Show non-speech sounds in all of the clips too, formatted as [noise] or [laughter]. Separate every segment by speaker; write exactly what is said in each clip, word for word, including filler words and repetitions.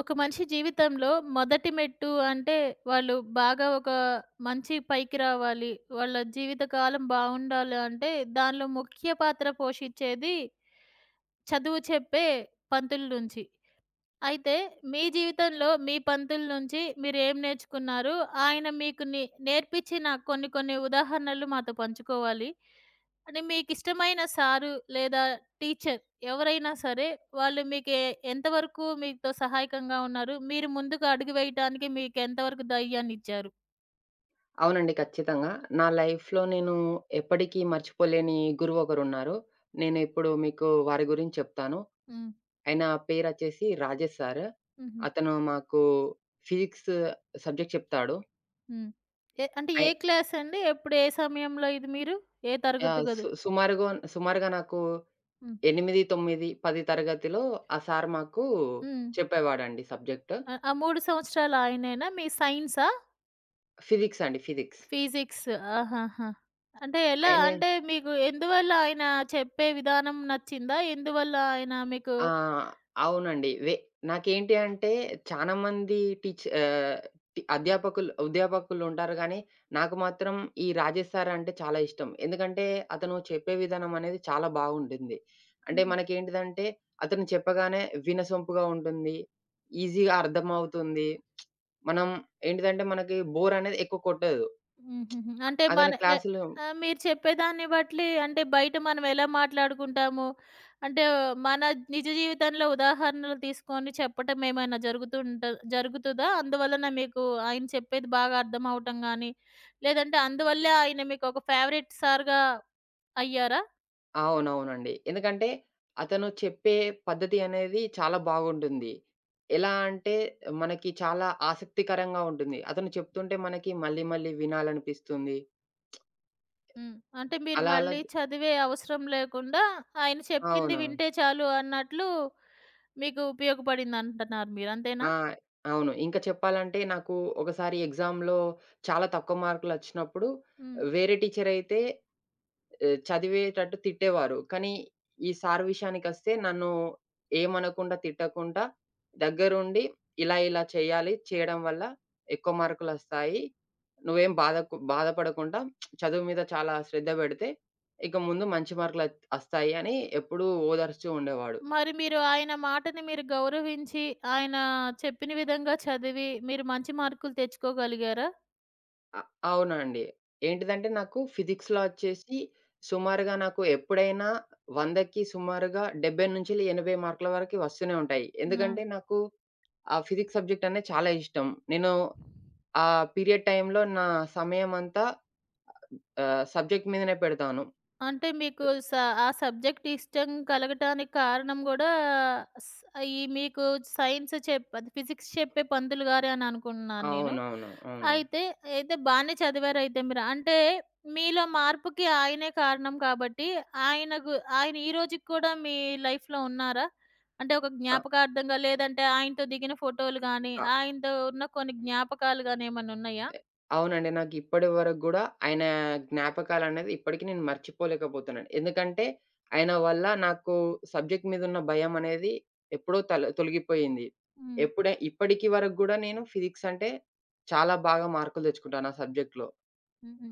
Speaker 1: ఒక మనిషి జీవితంలో మొదటి మెట్టు అంటే వాళ్ళు బాగా ఒక మంచి పైకి రావాలి. వాళ్ళ జీవితకాలం బావుండాలి అంటే దానిలో ముఖ్య పాత్ర పోషించేది చదువు చెప్పే పంతుల నుంచి. అయితే మీ జీవితంలో మీ పంతుల నుంచి మీరేం నేర్చుకున్నారు? ఆయన మీకు నే నేర్పించిన కొన్ని కొన్ని ఉదాహరణలు మాతో పంచుకోవాలి. అంటే మీకిష్టమైన సారు లేదా టీచర్ ఎవరైనా సరే, వాళ్ళు మీకు ఎ ఎంతవరకు మీతో సహాయకంగా ఉన్నారు? మీరు ముందుకు అడుగు వేయటానికి మీకు ఎంతవరకు ధైర్యాన్నిచ్చారు?
Speaker 2: అవునండి. ఖచ్చితంగా. నా లైఫ్‌లో నేను ఎప్పటికీ మర్చిపోలేని గురువు ఒకరున్నారు. నేను ఇప్పుడు మీకు వారి గురించి చెప్తాను.
Speaker 1: హ్మ్.
Speaker 2: ఆయన పేరచ్చేసి రాజేష్ సార్.
Speaker 1: హుహు.
Speaker 2: అతను మాకు ఫిజిక్స్ సబ్జెక్ట్ చెప్తాడు.
Speaker 1: హ్మ్. ఏ అంటే ఏ
Speaker 2: అయి
Speaker 1: క్లాస్ అండి? ఎప్పుడు ఏ సమయంలో ఇది మీరు? ఏ తరగతి
Speaker 2: ఆహ్,
Speaker 1: గదు?
Speaker 2: సు సుమారుగా సుమారుగా నాకు
Speaker 1: హ్మ్.
Speaker 2: ఎనిమిది, తొమ్మిది, పది తరగతిలో ఆ సార్ మాకు
Speaker 1: హ్మ్.
Speaker 2: చెప్పేవాడండి సబ్జెక్ట్.
Speaker 1: ఆ! ఆ మూడు సంవత్సరాలు ఆయనేనా? మీ సైన్సా?
Speaker 2: ఫిజిక్స్ అండి. ఫిజిక్స్.
Speaker 1: ఫిజిక్స్. ఆహాహా! అంటే ఎలా?
Speaker 2: ఆయనే
Speaker 1: అంటే మీకు ఎందువల్ల ఆయన చెప్పే విధానం నచ్చిందా? ఎందువల్ల ఆయన మీకు?
Speaker 2: ఆ! అవునండి. వె నాకేంటి అంటే చాలా మంది టీచ్ ఆహ్, టి అధ్యాపకులు ఉద్యాపకులుంటారు గానీ, నాకు మాత్రం ఈ రాజేష్ సార్ అంటే చాలా ఇష్టం. ఎందుకంటే అతను చెప్పే విధానం అనేది చాలా బాగుంటుంది. అంటే
Speaker 1: హ్మ్.
Speaker 2: మనకేంటిదంటే అతను చెప్పగానే వినసొంపుగా ఉంటుంది. ఈజీగా అర్థమవుతుంది. మనం ఏంటిదంటే మనకి బోర్ అనేది ఎక్కువ కొట్టదు.
Speaker 1: హుహుహు. అంటే మన
Speaker 2: అతని
Speaker 1: ఎ
Speaker 2: క్లాసులు
Speaker 1: ఆహ్, మీరు చెప్పేదాన్ని బట్టి అంటే బయట మనం ఎలా మాట్లాడుకుంటాము, అంటే మన నిజ జీవితంలో ఉదాహరణలు తీసుకొని చెప్పటం ఏమైనా జరుగుతుంట జరుగుతదా? అందువలన మీకు ఆయన చెప్పేది బాగా అర్థం అవ్వటం గాని, లేదంటే అందువల్లే ఆయన మీకు ఒక ఫేవరెట్ సార్‌గా అయ్యారా?
Speaker 2: అవునవునండి. ఎందుకంటే అతను చెప్పే పద్ధతి అనేది చాలా బాగుంటుంది. ఎలా అంటే మనకి చాలా ఆసక్తికరంగా ఉంటుంది. అతను చెప్తుంటే మనకి మళ్ళీ మళ్ళీ వినాలనిపిస్తుంది.
Speaker 1: హ్మ్. అంటే మీరు
Speaker 2: అలా అలా
Speaker 1: మళ్ళీ చదివే అవసరం లేకుండా ఆయన చెప్పింది
Speaker 2: అవును.
Speaker 1: వింటే చాలు అన్నట్లు మీకు ఉపయోగపడిందంటున్నారు మీరు. అంతేనా?
Speaker 2: ఆ! అవును. ఇంకా చెప్పాలంటే నాకు ఒకసారి ఎగ్జామ్‌లో చాలా తక్కువ మార్కులొచ్చినప్పుడు
Speaker 1: హ్మ్.
Speaker 2: వేరే టీచరయితే ఆహ్, చదివేటట్టు తిట్టేవారు. కానీ, ఈ సార్ విషయానికొస్తే నన్ను ఏమనకుండా, తిట్టకుండా దగ్గరుండి ఇలా, ఇలా చేయాలి. చేయడం వల్ల ఎక్కువ మార్కులొస్తాయి. నువ్వేం బాధకు బాధపడకుండా చదువు మీద చాలా శ్రద్ధ పెడితే, ఇక ముందు మంచి మార్కులత్ అస్తాయి అని ఎప్పుడూ ఓదారుస్తూ ఉండేవాడు.
Speaker 1: మరి మీరు ఆయన మాటని మీరు గౌరవించి, ఆయన చెప్పిన విధంగా చదివి, మీరు మంచి మార్కులు తెచ్చుకోగలిగారా?
Speaker 2: అ అవునండి. ఏంటిదంటే నాకు ఫిజిక్స్‌లో వచ్చేసి సుమారుగా నాకు ఎప్పుడైనా వందకి సుమారుగా డెబ్బై నుంచి ఎనభై మార్కుల వరకి వస్తూనే ఉంటాయి.
Speaker 1: ఆ!
Speaker 2: ఎందుకంటే నాకు ఆ! ఫిజిక్స్ సబ్జెక్ట్ అనేది చాలా ఇష్టం. నేను ఆ పీరియడ్ టైమ్‌లో నా సమయమంతా ఆహ్, సబ్జెక్ట్ మీదనే పెడతాను.
Speaker 1: అంటే మీకు స ఆ సబ్జెక్ట్ ఇష్టం కలగటానికి కారణం గూడా స్ ఈ మీకు సైన్స్ చెప్ అది ఫిజిక్స్ చెప్పే పంతులు గారే అని అనుకుంటున్నాను నేను.
Speaker 2: అవునవును. అవును.
Speaker 1: అయితే, అయితే బానే చదివారయితే మీరు. అంటే మీలో మార్పుకి ఆయనే కారణం కాబట్టి ఆయనకు ఆయన ఈ రోజుకి కూడా మీ లైఫ్‌లో ఉన్నారా? అంటే ఒక
Speaker 2: అ
Speaker 1: జ్ఞాపకార్థంగా లేదంటే ఆయనతో దిగిన ఫోటోలు గానీ,
Speaker 2: అ
Speaker 1: ఆయనతో ఉన్న కొన్ని జ్ఞాపకాలు గానీ ఏమన్నున్నాయా?
Speaker 2: అవునండి. నాకు ఇప్పటి వరకు గూడా ఆయన జ్ఞాపకాలనేది ఇప్పటికి నేను మర్చిపోలేకపోతున్నాను. ఎందుకంటే, ఆయన వల్ల నాకు సబ్జెక్ట్ మీదున్న భయమనేది ఎప్పుడో తల తొలగిపోయింది.
Speaker 1: హ్మ్.
Speaker 2: ఎప్పుడే ఇప్పటికి వరకు గూడా నేను ఫిజిక్స్ అంటే చాలా బాగా మార్కులు తెచ్చుకుంటాను ఆ సబ్జెక్ట్‌లో.
Speaker 1: హుహు.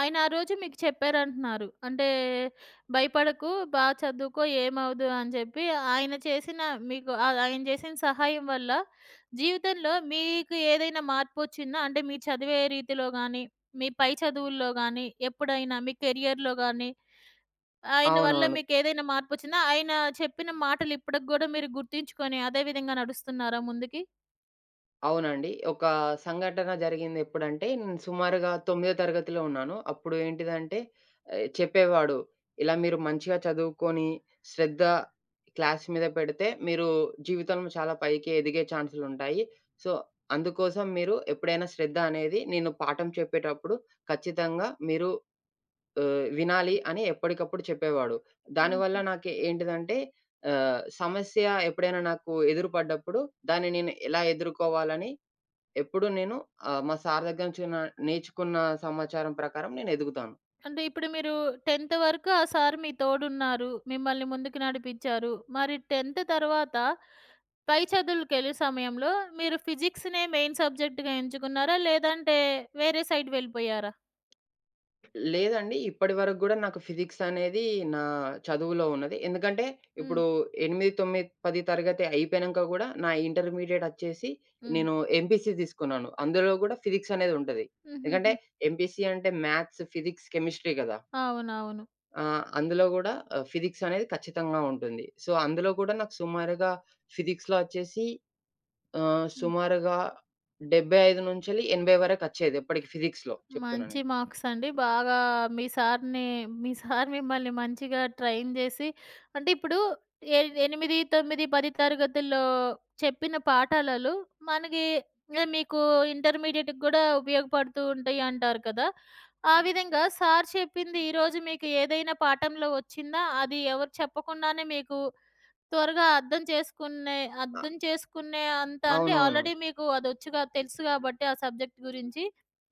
Speaker 1: ఆయన ఆ రోజు మీకు చెప్పారంటున్నారు. అంటే భయపడకు, బా చదువుకో ఏమవ్వదు అని చెప్పి ఆయన చేసిన మీకు ఆహ్, ఆయన చేసిన సహాయం వల్ల జీవితంలో మీకు ఏదైనా మార్పొచ్చిందా? అంటే మీరు చదివే రీతిలో గాని, మీ పై చదువుల్లో గాని, ఎప్పుడైనా మీ కెరియర్‌లో గాని, ఆయన వల్ల
Speaker 2: అవునవును.
Speaker 1: మీకేదైనా మార్పొచ్చిందా? ఆయన చెప్పిన మాటలు ఇప్పటికి గూడా మీరు గుర్తుంచుకొని అదే విధంగా నడుస్తున్నారా ముందుకి?
Speaker 2: అవునండి. ఒక సంఘటన జరిగిందెప్పుడంటే, నేను సుమారుగా తొమ్మిదో తరగతిలో ఉన్నాను. అప్పుడు ఏంటిదంటే, ఆహ్, చెప్పేవాడు, "ఇలా మీరు మంచిగా చదువుకొని, శ్రద్ధ క్లాస్ మీద పెడితే, మీరు జీవితంలో చాలా పైకి ఎదిగే ఛాన్సులుంటాయి. సో, అందుకోసం మీరు ఎప్పుడైనా శ్రద్ధ అనేది నేను పాఠం చెప్పేటప్పుడు ఖచ్చితంగా మీరు ఆహ్, వినాలి" అని ఎప్పటికప్పుడు చెప్పేవాడు. దానివల్ల
Speaker 1: హ్మ్.
Speaker 2: నాకు ఏంటిదంటే, ఆహ్, సమస్య ఎప్పుడైనా నాకు ఎదురుపడ్డప్పుడు, దాన్ని నేను ఎలా ఎదుర్కోవాలని ఎప్పుడు నేను ఆహ్, మా సార్ దగ్గర నుంచి న నేర్చుకున్న సమాచారం ప్రకారం నేను ఎదుగుతాను.
Speaker 1: అంటే ఇప్పుడు మీరు టెన్త్ వరకు ఆ సార్ మీ తోడున్నారు. మిమ్మల్ని ముందుకు నడిపిచ్చారు. మరి టెన్త్ తర్వాత పై చదువులకెళ్ళే సమయంలో మీరు ఫిజిక్స్‌నే మెయిన్ సబ్జెక్ట్‌గా ఎంచుకున్నారా? లేదంటే వేరే సైడ్ వెళ్ళిపోయారా?
Speaker 2: లేదండి ఇప్పటి వరకు గూడా నాకు ఫిజిక్స్ అనేది నా చదువులో ఉన్నది. ఎందుకంటే
Speaker 1: హ్మ్.
Speaker 2: ఇప్పుడు ఎనిమిది, తొమ్మిది, పది తరగతి అయిపోయినంక గూడా నా ఇంటర్మీడియేట్ అచ్చేసి
Speaker 1: హ్మ్.
Speaker 2: నేను ఎంపీసీ తీసుకున్నాను. అందులో గూడా ఫిజిక్స్ అనేది ఉంటది.
Speaker 1: [laughs]
Speaker 2: ఎందుకంటే
Speaker 1: హుహుహు.
Speaker 2: ఎంపీసీ అంటే మ్యాథ్స్, ఫిజిక్స్, కెమిస్ట్రీ గదా!
Speaker 1: అవునవును.
Speaker 2: ఆహ్, అందులో గూడా ఆహ్, ఫిజిక్స్ అనేది ఖచ్చితంగా ఉంటుంది. సో, అందులో కూడా నాకు సుమారుగా ఫిజిక్స్‌లో అచ్చేసి ఆహ్,
Speaker 1: హ్మ్.
Speaker 2: సుమారుగా డెబ్బై ఐదు నుంచెల్లి ఎనభై వరకచ్చేది ఎప్పటికి ఫిజిక్స్‌లో చెప్తున్నా
Speaker 1: మంచి
Speaker 2: నేను.
Speaker 1: మార్క్స్ అండి. బాగా మీ సార్‌ని మీ సార్ మిమ్మల్ని మంచిగా ట్రైన్ జేసి అంటే ఇప్పుడు ఎ ఎనిమిది, తొమ్మిది, పది తరగతుల్లో చెప్పిన పాఠాలలో మనకి ఆహ్, మీకు ఇంటర్మీడియేట్‌కి గూడా ఉపయోగపడుతూ ఉంటాయి అంటారు కదా! ఆ విధంగా సార్ చెప్పింది ఈరోజు మీకు ఏదైనా పాఠంలో వచ్చిందా? అది ఎవరు చెప్పకుండానే మీకు త్వరగా అర్థం చేసుకునే
Speaker 2: అ
Speaker 1: అర్థం చేసుకునే అంత అంటే
Speaker 2: అవునవును.
Speaker 1: ఆల్రెడీ మీకు అదొచ్చు గా తెలుసు గాబట్టి ఆ సబ్జెక్ట్ గురించి.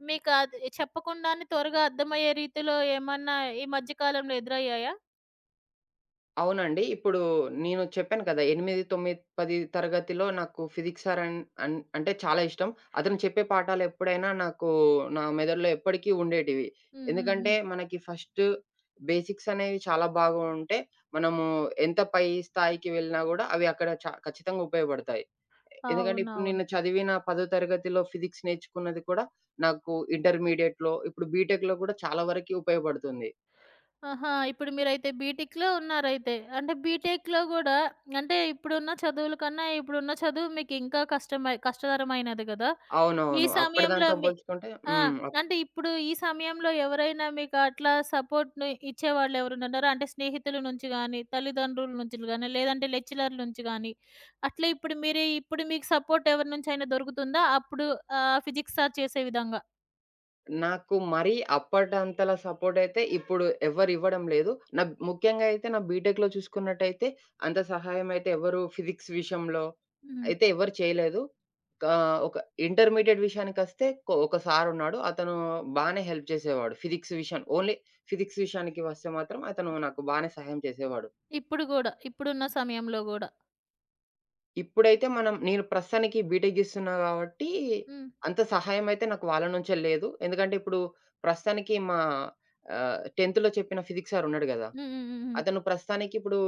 Speaker 1: మీకు అది చెప్పకుండానే త్వరగా అర్థమయ్యే రీతిలో ఏమన్నా ఈ మధ్య కాలంలో ఎదురయ్యాయా?
Speaker 2: అవునండి. ఇప్పుడు నేను చెప్పాను కదా! ఎనిమిది, తొమ్మిది, పది తరగతిలో నాకు ఫిజిక్స్ సార్ అన్ అన్ అంటే చాలా ఇష్టం. అతను చెప్పే పాఠాలెప్పుడైనా నాకు నా మెదడులో ఎప్పటికీ ఉండేటివి.
Speaker 1: హ్మ్. హ్మ్.
Speaker 2: ఎందుకంటే
Speaker 1: హ్మ్.
Speaker 2: మనకి ఫస్ట్ బేసిక్స్ అనేవి చాలా బాగా ఉంటే, మనము ఎంత పై స్థాయికి వెళ్ళినా గూడా అవి అక్కడ చ ఖచ్చితంగా ఉపయోగపడతాయి. ఎందుకంటే ఇప్పుడు
Speaker 1: అవునవును.
Speaker 2: నేను చదివిన పది తరగతిలో ఫిజిక్స్ నేర్చుకున్నది కూడా నాకు ఇంటర్మీడియేట్‌లో, ఇప్పుడు బీటెక్‌లో కూడా చాలా వరకి ఉపయోగపడుతుంది.
Speaker 1: ఆహా! ఇప్పుడు మీరైతే బీటెక్‌లో ఉన్నారైతే. అంటే బీటెక్‌లో గూడా అంటే ఇప్పుడున్న చదువుల కన్నా ఇప్పుడున్న చదువు మీకింకా కష్టమై కష్టతరమైనది గదా! ఈ
Speaker 2: అవునవును.
Speaker 1: సమయంలో
Speaker 2: అప్పటిదాంతో
Speaker 1: మీ
Speaker 2: పోల్చుకుంటే
Speaker 1: ఆ!
Speaker 2: హ్మ్.
Speaker 1: అంటే ఇప్పుడు ఈ సమయంలో ఎవరైనా మీకు అట్లా సపోర్ట్‌ని ఇచ్చేవాళ్ళు ఎవరైనా ఉన్నారా? అంటే స్నేహితుల నుంచి గాని, తల్లిదండ్రుల నుంచి గాని, లేదంటే లెక్చరర్‌ల నుంచి గాని, అట్లా ఇప్పుడు మీరే ఇప్పుడు మీకు సపోర్ట్ ఎవరి నుంచైనా దొరుకుతుందా? అప్పుడు ఆహ్, ఫిజిక్స్ సార్ చేసే విధంగా.
Speaker 2: నాకు మరీ అప్పటంతలా సపోర్టయితే ఇప్పుడు ఎవ్వరివ్వడం లేదు. నా ముఖ్యంగా అయితే నా బీటెక్‌లో చూసుకున్నట్టయితే అంత సహాయం అయితే ఎవరు ఫిజిక్స్ విషయంలో
Speaker 1: హ్మ్.
Speaker 2: అయితే ఎవరు చేయలేదు. కా ఒక ఇంటర్మీడియేట్ విషయానికొస్తే కొ ఒక సారున్నాడు. అతను బానే హెల్ప్ చేసేవాడు. ఫిజిక్స్ విషయం ఓన్లీ ఫిజిక్స్ విషయానికి వస్తే మాత్రం అతను నాకు బానే సహాయం చేసేవాడు.
Speaker 1: ఇప్పుడు గూడా, ఇప్పుడున్న సమయంలో గూడా.
Speaker 2: ఇప్పుడైతే మనం నేను ప్రస్తుతానికి బీటెక్ చేస్తున్నా కాబట్టి,
Speaker 1: హ్మ్.
Speaker 2: అంత సహాయం అయితే నాకు వాళ్ళ నుంచే లేదు. ఎందుకంటే ఇప్పుడు ప్రస్తుతానికి మా ఆహ్, 10థ్‌లో చెప్పిన ఫిజిక్స్ సార్ ఉన్నాడు గదా!
Speaker 1: హ్మ్. హ్మ్. హ్మ్. హ్మ్.
Speaker 2: అతను ప్రస్తుతానికి ఇప్పుడు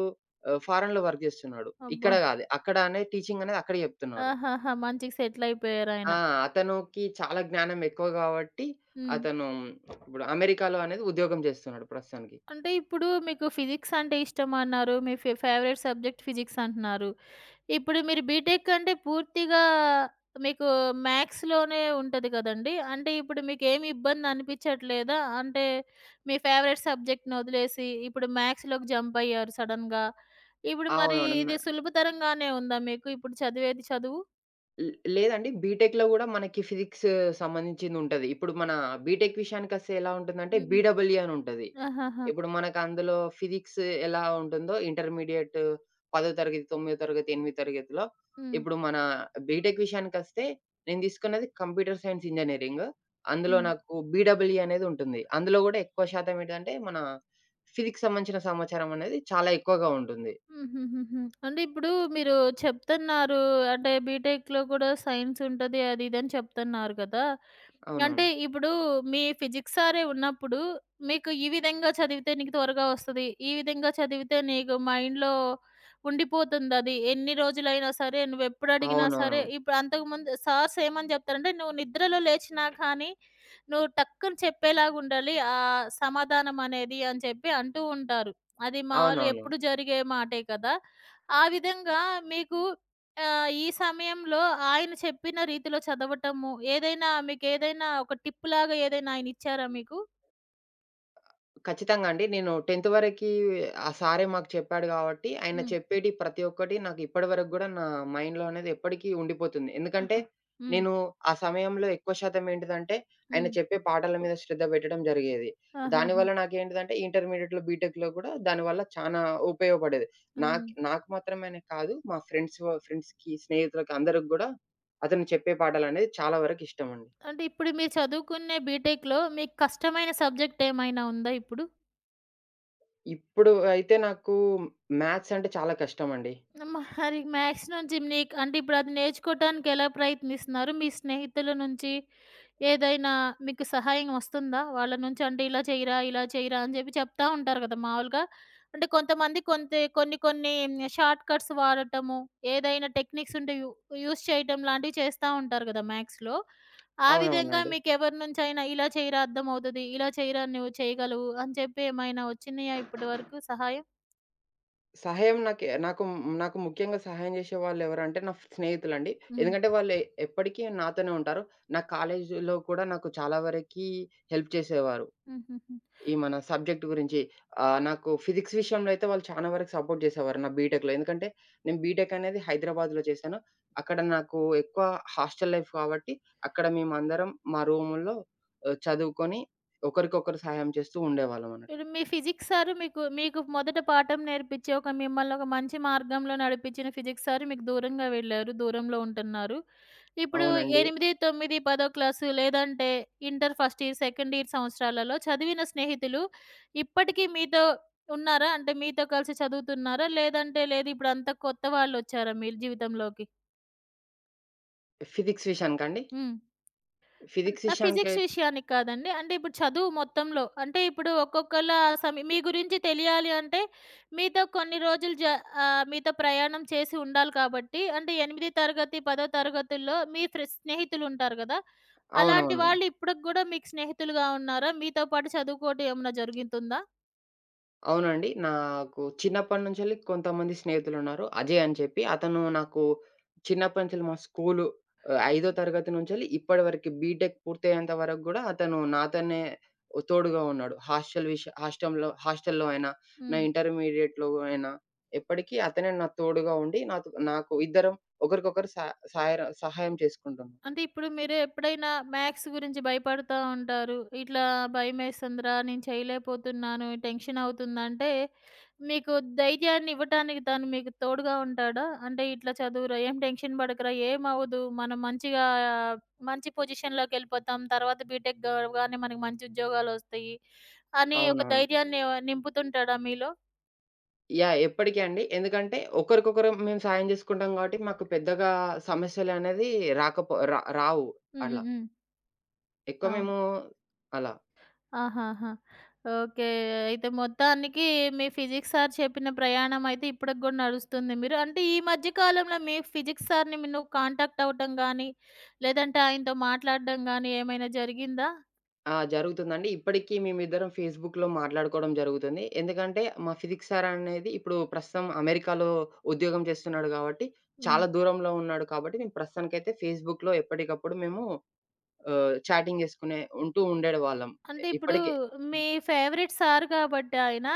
Speaker 2: ఆహ్, ఫారెన్‌లో వర్క్ జేస్తున్నాడు.
Speaker 1: అబ్బా!
Speaker 2: ఇక్కడ గాదు. అక్కడ అనే టీచింగ్ అనేది అక్కడే జెప్తున్నాడు.
Speaker 1: ఆహాహా! మంచిగా సెటిల్ అయిపోయారాయన.
Speaker 2: ఆ! అతనుకి చాలా జ్ఞానం ఎక్కువ గాబట్టి,
Speaker 1: హ్మ్.
Speaker 2: అతను ఇప్పుడు అమెరికాలో అనేది ఉద్యోగం జేస్తున్నాడు ప్రస్తుతానికి.
Speaker 1: అంటే ఇప్పుడు మీకు ఫిజిక్స్ అంటే ఇష్టమన్నారు. మీ ఫే ఫేవరెట్ సబ్జెక్ట్ ఫిజిక్స్ అంటున్నారు. ఇప్పుడు మీరు బీటెక్ అంటే పూర్తిగా మీకు మ్యాథ్స్‌లోనే ఉంటది కదండీ! అంటే ఇప్పుడు మీకేమి ఇబ్బంది అనిపించట్లేదా? అంటే మీ ఫేవరెట్ సబ్జెక్ట్‌ని వదిలేసి ఇప్పుడు మ్యాథ్స్‌లోకి జంప్ అయ్యారు సడెన్‌గా. ఇప్పుడు మరి
Speaker 2: అవునవును. మ
Speaker 1: ఇది సులభతరంగానే ఉందా మీకు ఇప్పుడు చదివేది చదువు?
Speaker 2: ల్ లేదండి. బీటెక్‌లో గూడా మనకి ఫిజిక్స్ సంబంధించిందుంటది. ఇప్పుడు మన బీటెక్ విషయానికొస్తే ఎలా ఉంటుందంటే
Speaker 1: హుహు.
Speaker 2: బీడబల్ఈ అని ఉంటది.
Speaker 1: ఆహాహా!
Speaker 2: ఇప్పుడు మనకు అందులో ఫిజిక్స్ ఎలా ఉంటుందో ఇంటర్మీడియేట్ పదో తరగతి, తొమ్మిదో తరగతి, ఎనిమిదో తరగతిలో
Speaker 1: హ్మ్.
Speaker 2: ఇప్పుడు మన బీటెక్ విషయానికొస్తే నేను తీసుకున్నది కంప్యూటర్ సైన్స్ ఇంజినీరింగ్. అందులో
Speaker 1: హ్మ్.
Speaker 2: నాకు బీడబల్ఈ అనేది ఉంటుంది. అందులో గూడా ఎక్కువ శాతం ఏంటిదంటే మన ఫిజిక్స్ సంబంధించిన సమాచారం అనేది చాలా ఎక్కువగా ఉంటుంది.
Speaker 1: హుహుహుహు. అంటే ఇప్పుడు మీరు చెప్తన్నారు అంటే బీటెక్‌లో కూడా సైన్స్ ఉంటది అది ఇది అని చెప్తన్నారు కదా! అంటే
Speaker 2: అవునవును.
Speaker 1: ఇప్పుడు మీ ఫిజిక్స్ సారే ఉన్నప్పుడు, మీకు ఈ విధంగా చదివితే నీకు త్వరగా వస్తది. ఈ విధంగా చదివితే నీకు మైండ్‌లో ఉండిపోతుందది. ఎన్ని రోజులైనా సరే, నువ్వెప్పుడడిగినా సరే,
Speaker 2: అవునవును.
Speaker 1: ఇప్పుడు అంతకుముందు సార్స్ ఏమని చెప్తారంటే, "నువ్వు నిద్రలో లేచినా కానీ, నువ్వు టక్కున చెప్పేలాగుండాలి ఆ సమాధానం అనేది" అని చెప్పి అంటూ ఉంటారు. అది మాములు
Speaker 2: అవునవును.
Speaker 1: ఎప్పుడు జరిగే మాటే కదా! ఆ విధంగా మీకు ఆహ్, ఈ సమయంలో ఆయన చెప్పిన రీతిలో చదవటము, ఏదైనా మీకేదైనా ఒక టిప్‌లాగా ఏదైనా ఆయనిచ్చారా మీకు?
Speaker 2: ఖచ్చితంగా అండి. నేను టెంత్ వరకి ఆ సారే మాకు చెప్పాడు గాబట్టి, ఆయన
Speaker 1: హ్మ్.
Speaker 2: చెప్పేటి ప్రతి ఒక్కటి నాకు ఇప్పటి వరకు గూడా నా మైండ్‌లో అనేది ఎప్పటికీ ఉండిపోతుంది. ఎందుకంటే,
Speaker 1: హుహు. హ్మ్.
Speaker 2: నేను ఆ సమయంలో ఎక్కువ శాతం ఏంటిదంటే, ఆయన
Speaker 1: హ్మ్.
Speaker 2: చెప్పే పాఠాల మీద శ్రద్ధ పెట్టడం జరిగేది.
Speaker 1: ఆహాహా!
Speaker 2: దానివల్ల నాకేంటిదంటే, ఇంటర్మీడియేట్‌లో, బీటెక్‌లో గూడా దానివల్ల చానా ఉపయోగపడేది.
Speaker 1: హ్మ్.
Speaker 2: నాక్ నాకు మాత్రమనే కాదు, మా ఫ్రెండ్స్ వ ఫ్రెండ్స్‌కి, స్నేహితులకి అందరికి గూడా అతను చెప్పే పాఠాలనేవి చాలా వరకు ఇష్టమండి.
Speaker 1: అంటే ఇప్పుడు మీరు చదువుకునే బీటెక్‌లో మీకు కష్టమైన సబ్జెక్ట్ ఏమైనా ఉందా ఇప్పుడు?
Speaker 2: ఇప్పుడు అయితే నాకు మ్యాథ్స్ అంటే చాలా కష్టమండి.
Speaker 1: మరి మ్యాథ్స్ నుంచి నీకు అంటే ఇప్పుడు అది నేర్చుకోవటానికి ఎలా ప్రయత్నిస్తున్నారు? మీ స్నేహితుల నుంచి ఏదైనా మీకు సహాయం వస్తుందా? వాళ్ళ నుంచి అంటే ఇలా చేయరా, ఇలా చేయరా అని చెప్పి చెప్తా ఉంటారు కదా! మామూలుగా అంటే కొంతమంది కొంత కొన్ని కొన్ని షార్ట్ కట్స్ వాడటము, ఏదైనా టెక్నిక్స్ ఉంటే యూ యూజ్ చేయటం లాంటివి చేస్తా ఉంటారు కదా మ్యాథ్స్‌లో. ఆ విధంగా
Speaker 2: అవునవునండి.
Speaker 1: మీకు ఎవరి నుంచైనా ఇలా చేయరా అర్థమవుతది, ఇలా చేయరా నువ్వు చేయగలవు అని చెప్పి ఏమైనా వచ్చినాయా ఇప్పటి వరకు సహాయం?
Speaker 2: సహాయం నాకే నాకు నాకు ముఖ్యంగా సహాయం జేసేవాళ్ళెవరంటే నా స్నేహితులండి.
Speaker 1: హ్మ్.
Speaker 2: ఎందుకంటే వాళ్ళు ఎ- ఎప్పటికీ నాతోనే ఉంటారు. నా కాలేజీలో కూడా నాకు చాలా వరకి హెల్ప్ చేసేవారు.
Speaker 1: హుహుహు.
Speaker 2: ఈ మన సబ్జెక్ట్ గురించి ఆహ్, నాకు ఫిజిక్స్ విషయంలో అయితే వాళ్ళు చానా వరకు సపోర్ట్ చేసేవారు నా బీటెక్‌లో. ఎందుకంటే నేను బీటెక్ అనేది హైదరాబాద్‌లో చేశాను. అక్కడ నాకు ఎక్కువ హాస్టల్ లైఫ్ కాబట్టి అక్కడ మేమందరం మా రూముల్లో ఆహ్, చదువుకొని ఒకరికొకరు సహాయం చేస్తూ ఉండేవాళ్ళమన్నట్టు.
Speaker 1: ఇప్పుడు మీ ఫిజిక్స్ సారు మీకు మీకు మొదట పాఠం నేర్పించి, ఒక మిమ్మల్ని ఒక మంచి మార్గంలో నడిపించిన ఫిజిక్స్ సారు మీకు దూరంగా వెళ్లారు. దూరంలో ఉంటున్నారు. ఇప్పుడు
Speaker 2: అవునండి.
Speaker 1: ఎనిమిది, తొమ్మిది, పదో క్లాసు లేదంటే inter first year, second year సంవత్సరాలలో చదివిన స్నేహితులు ఇప్పటికీ మీతో ఉన్నారా? అంటే మీతో కలిసి చదువుతున్నారా? లేదంటే లేదు ఇప్పుడంతా కొత్త వాళ్ళొచ్చారా మీరు జీవితంలోకి?
Speaker 2: ఫిజిక్స్ విషయానికా అండి?
Speaker 1: హ్మ్. అన్
Speaker 2: ఫిజిక్స్
Speaker 1: ఆ!
Speaker 2: విషయానికై
Speaker 1: ఫిజిక్స్ విషయానికి కాదండి. అంటే ఇప్పుడు చదువు మొత్తంలో. అంటే ఇప్పుడు ఒక్కొక్కళ్ళ సమి మీ గురించి తెలియాలి అంటే మీతో కొన్ని రోజులు జ ఆహ్, మీతో ప్రయాణం చేసి ఉండాలి కాబట్టి అంటే ఎనిమిది తరగతి, పదో తరగతుల్లో మీ ఫ్రె స్నేహితులుంటారు గదా! అలాంటి
Speaker 2: అవునవును.
Speaker 1: వాళ్ళు ఇప్పటికి గూడా మీకు స్నేహితులుగా ఉన్నారా? మీతో పాటు చదువుకోవటం ఏమన్నా జరుగుతుందా?
Speaker 2: అవునండి. నాకు చిన్నప్పటి నుంచెల్లి కొంతమంది స్నేహితులున్నారు. అజయ్ అని చెప్పి అతను నాకు చిన్నప్పటి నుంచెల్లి మా స్కూలు ఆహ్, ఐదు తరగతి నుంచెల్లి ఇప్పటి వరకి బీటెక్ పూర్తయ్యేంత వరకు గూడా అతను నాతోనే ఓ తోడుగా ఉన్నాడు. హాస్టల్ విష హాస్టంలో హాస్టల్‌లో అయినా, నా
Speaker 1: హ్మ్.
Speaker 2: ఇంటర్మీడియేట్‌లో అయినా ఎప్పటికీ అతనే నా తోడుగా ఉండి నాతో నాకు ఇద్దరం ఒకరికొకరు సహ సహాయర సహాయం చేసుకుంటాం.
Speaker 1: అంటే ఇప్పుడు మీరు ఎప్పుడైనా మ్యాథ్స్ గురించి భయపడతా ఉంటారు. ఇట్లా భయమేస్తుందిరా! నేను చేయలేకపోతున్నాను. టెన్షన్ అవుతుందంటే, మీకు ధైర్యాన్ని ఇవ్వటానికి తను మీకు తోడుగా ఉంటాడా? అంటే ఇట్లా చదువురా! ఏం టెన్షన్ పడకురా! ఏమవ్వదు. మనం మంచిగా మంచి పొజిషన్‌లోకెళ్ళిపోతాం. తర్వాత బీటెక్ అవ్వగానే మనకు మంచి ఉద్యోగాలొస్తాయి. అని ఒక
Speaker 2: అవునవును.
Speaker 1: ధైర్యాన్ని నింపుతుంటాడా మీలో?
Speaker 2: యాహ్! ఎప్పటికి అండి. ఎందుకంటే ఒకరికొకరం మేము సాయం జేసుకుంటాం గాబట్టి, మాకు పెద్దగా సమస్యలనేది రాకపో రా రావు
Speaker 1: హ్మ్. హ్మ్.
Speaker 2: అట్లా.
Speaker 1: హ్మ్.
Speaker 2: ఎక్కువ
Speaker 1: అవును.
Speaker 2: మేము అలా.
Speaker 1: ఆహాహా! ఓకే. అయితే మొత్తానికి మీ ఫిజిక్స్ సార్ చెప్పిన ప్రయాణం అయితే ఇప్పటికి గూడా నడుస్తుంది. మీరు అంటే ఈ మధ్య కాలంలో మీ ఫిజిక్స్ సార్‌ని మీ నువ్వు కాంటాక్ట్ అవ్వటం గానీ, లేదంటే ఆయనతో మాట్లాడడం గానీ ఏమైనా జరిగిందా?
Speaker 2: ఆ! జరుగుతుందండి. ఇప్పటికి మేమిద్దరం ఫేస్‌బుక్‌లో మాట్లాడుకోవడం జరుగుతుంది. ఎందుకంటే, మా ఫిజిక్స్ సార్ అనేది ఇప్పుడు ప్రస్తుతం అమెరికాలో ఉద్యోగం చేస్తున్నాడు గాబట్టి,
Speaker 1: హ్మ్.
Speaker 2: చాలా దూరంలో ఉన్నాడు కాబట్టి, మేము ప్రస్తుతానికైతే ఫేస్‌బుక్‌లో ఎప్పటికప్పుడు మేము ఆహ్, చాటింగ్ జేసుకునే ఉంటూ ఉండేవాళ్ళం.
Speaker 1: అంటే ఇప్పుడు
Speaker 2: ఇప్పటికే.
Speaker 1: మీ ఫేవరెట్ సార్ కాబట్టి ఆయన,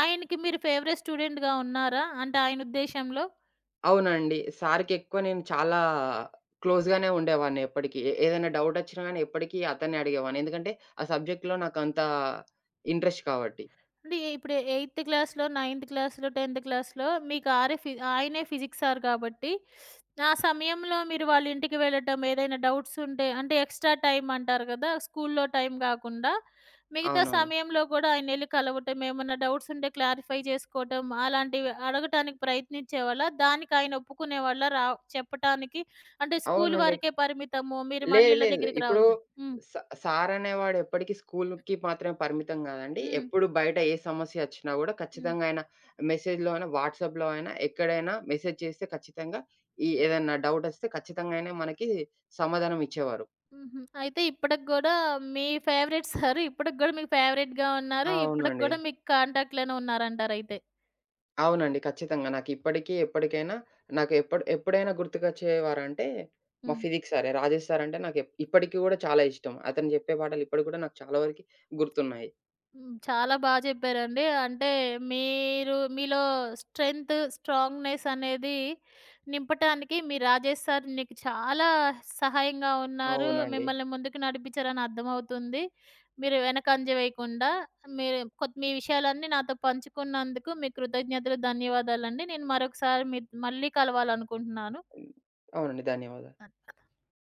Speaker 1: ఆయనకి మీరు ఫేవరెట్ స్టూడెంట్‌గా ఉన్నారా? అంటే ఆయన ఉద్దేశంలో?
Speaker 2: అవునండి. సార్‌కెక్కువ నేను చాలా క్లోజ్‌గానే ఉండేవాడిని ఎప్పటికి. ఏ ఏదైనా డౌటొచ్చినా గానీ ఎప్పటికీ అతన్నే అడిగేవాడిని. ఎందుకంటే, ఆ సబ్జెక్ట్‌లో నాకంత ఇంట్రెస్ట్ కాబట్టి.
Speaker 1: అంటే ఇప్పుడు ఎయిత్ క్లాస్‌లో, నైన్త్ క్లాస్‌లో, టెన్త్ క్లాస్‌లో మీకు ఆరే ఫి ఆయనే ఫిజిక్స్ సార్ కాబట్టి, ఆ సమయంలో మీరు వాళ్ళ ఇంటికి వెళ్ళటం, ఏదైనా డౌట్స్ ఉంటే అంటే ఎక్స్‌ట్రా టైమ్ అంటారు కదా! స్కూల్‌లో టైం గాకుండా, మిగతా
Speaker 2: అవునవును.
Speaker 1: సమయంలో కూడా ఆయనెళ్లి కలవటం, ఏమన్నా డౌట్స్ ఉంటే క్లారిఫై చేసుకోవటం, అలాంటివి అడగటానికి ప్రయత్నించేవాళ్ళా? దానికి ఆయన ఒప్పుకునేవాళ్ళా? రా చెప్పటానికి? అంటే స్కూల్
Speaker 2: అవునండి.
Speaker 1: వరకే పరిమితము. మీరు మళ్ళీ
Speaker 2: లేదు,
Speaker 1: ఈళ్ళ
Speaker 2: లేదు.
Speaker 1: దగ్గరికి
Speaker 2: ఇప్పుడు
Speaker 1: రావద్దని. హ్మ్.
Speaker 2: స సారనేవాడు ఎప్పటికి స్కూలుకి మాత్రమే పరిమితం గాదండి.
Speaker 1: హ్మ్.
Speaker 2: ఎప్పుడు బయట ఏ సమస్యొచ్చినా గూడా
Speaker 1: హ్మ్.
Speaker 2: ఖచ్చితంగా ఆయన మెసేజ్‌లో అయినా, వాట్సాప్‌లో అయినా, ఎక్కడైనా మెసేజ్ చేస్తే ఖచ్చితంగా ఈ ఏదన్నా డౌటొస్తే ఖచ్చితంగా ఆయనే మనకి సమాధానం ఇచ్చేవారు.
Speaker 1: హుహు. అయితే ఇప్పటికి గూడా మీ ఫేవరెట్ సారు ఇప్పటికి గూడా మీకు ఫేవరెట్‌గా ఉన్నారు. ఇప్పటికి
Speaker 2: అవునండి.
Speaker 1: గూడా మీకు కాంటాక్ట్‌లోనే ఉన్నారంటారయితే.
Speaker 2: అవునండి. ఖచ్చితంగా. నాకిప్పటికీ, ఎప్పటికైనా నాకు ఎప్పుడు ఎప్పుడైనా గుర్తుకొచ్చేవారంటే, మా
Speaker 1: హ్మ్.
Speaker 2: ఫిజిక్స్ సారే. రాజేష్ సార్ అంటే నాకు ఎప్ ఇప్పటికి గూడా చాలా ఇష్టం. అతను జెప్పే పాటలు ఇప్పటికి గూడా నాకు చాలా వరకి గుర్తున్నాయి.
Speaker 1: హ్మ్. చాలా బా చెప్పారండి. అంటే మీరు మీలో స్ట్రెంత్, స్ట్రాంగ్‌నెస్ అనేది నింపటానికి మీ రాజేష్ సార్ నీకు చాలా సహాయంగా ఉన్నారు.
Speaker 2: అవునండి.
Speaker 1: మిమ్మల్ని ముందుకు నడిపించారని అర్థమవుతుంది. మీరు వెనకంజ వేయకుండా మీరు కొత్ మీ విషయాలన్నీ నాతో పంచుకున్నందుకు మీకు కృతజ్ఞతలు, ధన్యవాదాలండి. నేను మరొకసారి మీత్ మళ్ళీ కలవాలనుకుంటున్నాను.
Speaker 2: హ్మ్. అవునండి. ధన్యవాదాలు.